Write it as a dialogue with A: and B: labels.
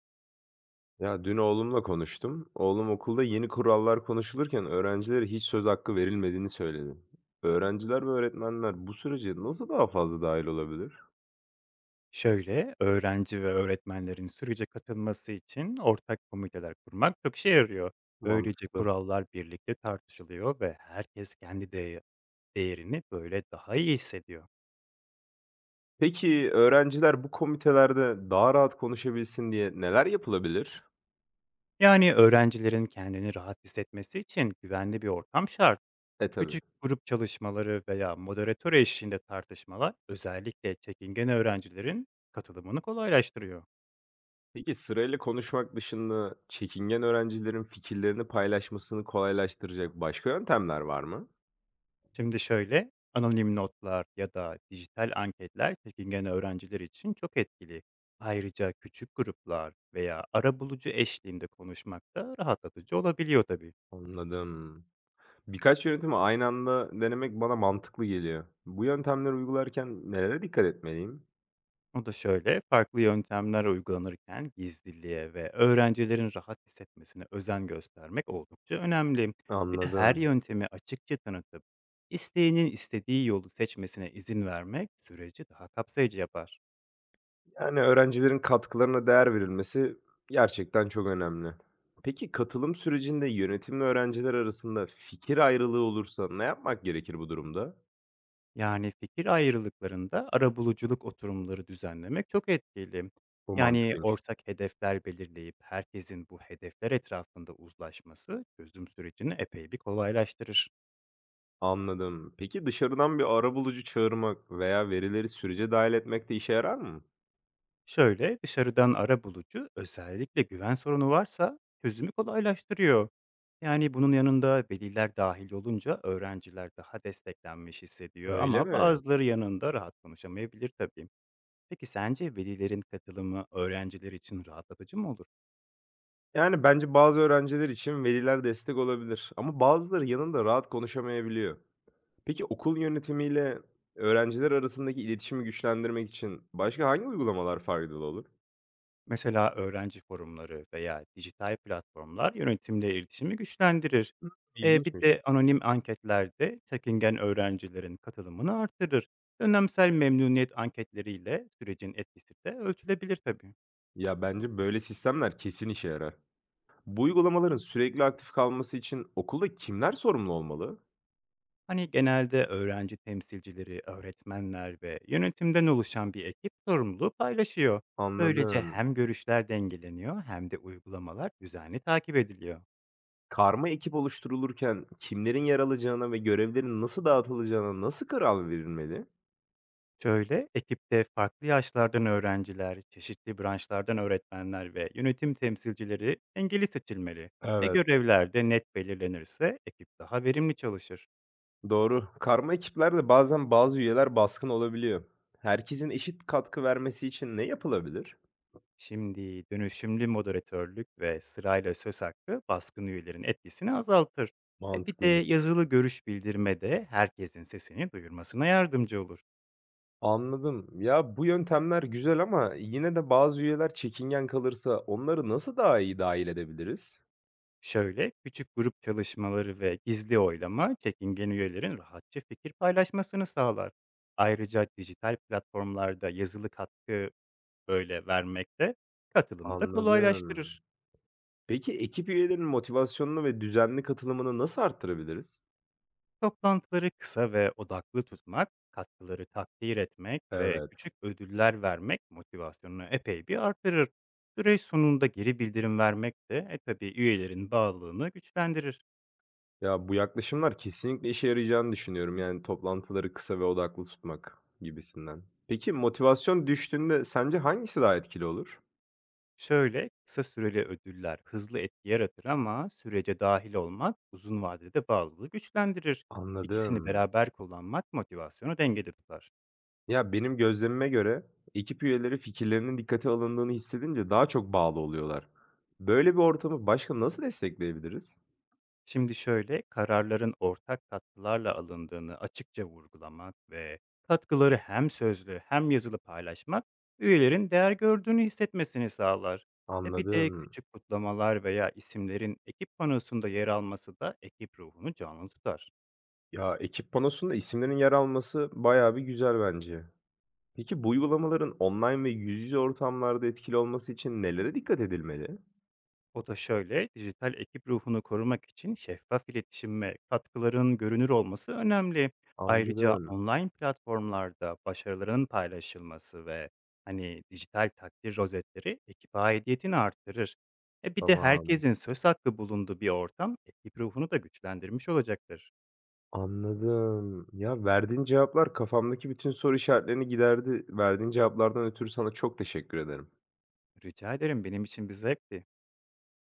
A: Ya dün oğlumla konuştum. Oğlum okulda yeni kurallar konuşulurken öğrencilere hiç söz hakkı verilmediğini söyledi. Öğrenciler ve öğretmenler bu sürece nasıl daha fazla dahil olabilir?
B: Şöyle, öğrenci ve öğretmenlerin sürece katılması için ortak komiteler kurmak çok işe yarıyor. Böylece
A: Mantıklı.
B: kurallar birlikte tartışılıyor ve herkes kendi değerini böyle daha iyi hissediyor.
A: Peki öğrenciler bu komitelerde daha rahat konuşabilsin diye neler yapılabilir?
B: Yani öğrencilerin kendini rahat hissetmesi için güvenli bir ortam şart.
A: E tabii.
B: Küçük grup çalışmaları veya moderatör eşliğinde tartışmalar özellikle çekingen öğrencilerin katılımını kolaylaştırıyor.
A: Peki sırayla konuşmak dışında çekingen öğrencilerin fikirlerini paylaşmasını kolaylaştıracak başka yöntemler var mı?
B: Şimdi şöyle, anonim notlar ya da dijital anketler çekingen öğrenciler için çok etkili. Ayrıca küçük gruplar veya arabulucu eşliğinde konuşmak da rahatlatıcı olabiliyor tabii.
A: Anladım. Birkaç yöntemi aynı anda denemek bana mantıklı geliyor. Bu yöntemleri uygularken nelere dikkat etmeliyim?
B: O da şöyle, farklı yöntemler uygulanırken gizliliğe ve öğrencilerin rahat hissetmesine özen göstermek oldukça önemli. Bir de her
A: Anladım.
B: yöntemi açıkça tanıtıp, isteyenin istediği yolu seçmesine izin vermek süreci daha kapsayıcı yapar.
A: Yani öğrencilerin katkılarına değer verilmesi gerçekten çok önemli. Peki katılım sürecinde yönetimle öğrenciler arasında fikir ayrılığı olursa ne yapmak gerekir bu durumda?
B: Yani, fikir ayrılıklarında arabuluculuk oturumları düzenlemek çok etkili.
A: Bu
B: Yani,
A: mantıklıymış.
B: ortak hedefler belirleyip herkesin bu hedefler etrafında uzlaşması çözüm sürecini epey bir kolaylaştırır.
A: Anladım. Peki dışarıdan bir arabulucu çağırmak veya verileri sürece dahil etmek de işe yarar mı?
B: Şöyle, dışarıdan arabulucu özellikle güven sorunu varsa çözümü kolaylaştırıyor. Yani, bunun yanında veliler dahil olunca öğrenciler daha desteklenmiş hissediyor
A: Öyle
B: ama
A: mi?
B: bazıları yanında rahat konuşamayabilir tabii. Peki sence velilerin katılımı öğrenciler için rahatlatıcı mı olur?
A: Yani, bence bazı öğrenciler için veliler destek olabilir ama bazıları yanında rahat konuşamayabiliyor. Peki okul yönetimiyle öğrenciler arasındaki iletişimi güçlendirmek için başka hangi uygulamalar faydalı olur?
B: Mesela öğrenci forumları veya dijital platformlar yönetimle iletişimi güçlendirir. Bir
A: İlginçmiş.
B: de anonim anketlerde çekingen öğrencilerin katılımını artırır. Dönemsel memnuniyet anketleriyle sürecin etkisi de ölçülebilir tabii.
A: Ya, bence böyle sistemler kesin işe yarar. Bu uygulamaların sürekli aktif kalması için okulda kimler sorumlu olmalı?
B: Hani genelde öğrenci temsilcileri, öğretmenler ve yönetimden oluşan bir ekip sorumluluğu paylaşıyor. Böylece
A: Anladım.
B: hem görüşler dengeleniyor hem de uygulamalar düzenli takip ediliyor.
A: Karma ekip oluşturulurken kimlerin yer alacağına ve görevlerin nasıl dağıtılacağına nasıl karar verilmeli?
B: Şöyle, ekipte farklı yaşlardan öğrenciler, çeşitli branşlardan öğretmenler ve yönetim temsilcileri dengeli seçilmeli. E
A: Evet.
B: görevler de net belirlenirse ekip daha verimli çalışır.
A: Doğru. Karma ekiplerde bazen bazı üyeler baskın olabiliyor. Herkesin eşit katkı vermesi için ne yapılabilir?
B: Şimdi dönüşümlü moderatörlük ve sırayla söz hakkı baskın üyelerin etkisini azaltır. E bir de
A: Mantıklıymış.
B: yazılı görüş bildirme de herkesin sesini duyurmasına yardımcı olur.
A: Anladım. Ya bu yöntemler güzel ama yine de bazı üyeler çekingen kalırsa onları nasıl daha iyi dahil edebiliriz?
B: Şöyle, küçük grup çalışmaları ve gizli oylama çekingen üyelerin rahatça fikir paylaşmasını sağlar. Ayrıca dijital platformlarda yazılı katkı vermek de katılımı da
A: Anladım.
B: kolaylaştırır.
A: Peki ekip üyelerinin motivasyonunu ve düzenli katılımını nasıl arttırabiliriz?
B: Toplantıları kısa ve odaklı tutmak, katkıları takdir etmek ve
A: Evet.
B: küçük ödüller vermek motivasyonunu epey bir artırır. Süreç sonunda geri bildirim vermek de e tabi üyelerin bağlılığını güçlendirir.
A: Ya bu yaklaşımlar kesinlikle işe yarayacağını düşünüyorum. Yani toplantıları kısa ve odaklı tutmak gibisinden. Peki motivasyon düştüğünde sence hangisi daha etkili olur?
B: Şöyle, kısa süreli ödüller hızlı etki yaratır ama sürece dahil olmak uzun vadede bağlılığı güçlendirir. İkisini
A: Anladım.
B: beraber kullanmak motivasyonu dengede tutar.
A: Ya benim gözlemime göre ekip üyeleri fikirlerinin dikkate alındığını hissedince daha çok bağlı oluyorlar. Böyle bir ortamı başka nasıl destekleyebiliriz?
B: Şimdi şöyle, kararların ortak katkılarla alındığını açıkça vurgulamak ve katkıları hem sözlü hem yazılı paylaşmak üyelerin değer gördüğünü hissetmesini sağlar. E bir de
A: Anladım.
B: küçük kutlamalar veya isimlerin ekip panosunda yer alması da ekip ruhunu canlı tutar.
A: Ya ekip panosunda isimlerin yer alması bayağı bir güzel bence. Peki bu uygulamaların online ve yüz yüze ortamlarda etkili olması için nelere dikkat edilmeli?
B: O da şöyle, dijital ekip ruhunu korumak için şeffaf iletişim ve katkıların görünür olması önemli. Ayrıca
A: Anladım.
B: online platformlarda başarıların paylaşılması ve hani dijital takdir rozetleri ekip aidiyetini arttırır. E bir de
A: Tamam,
B: herkesin söz hakkı bulunduğu bir ortam ekip ruhunu da güçlendirmiş olacaktır.
A: anladım. Ya, verdiğin cevaplar kafamdaki bütün soru işaretlerini giderdi. Verdiğin cevaplardan ötürü sana çok teşekkür ederim.
B: Rica ederim benim için bir zevkti.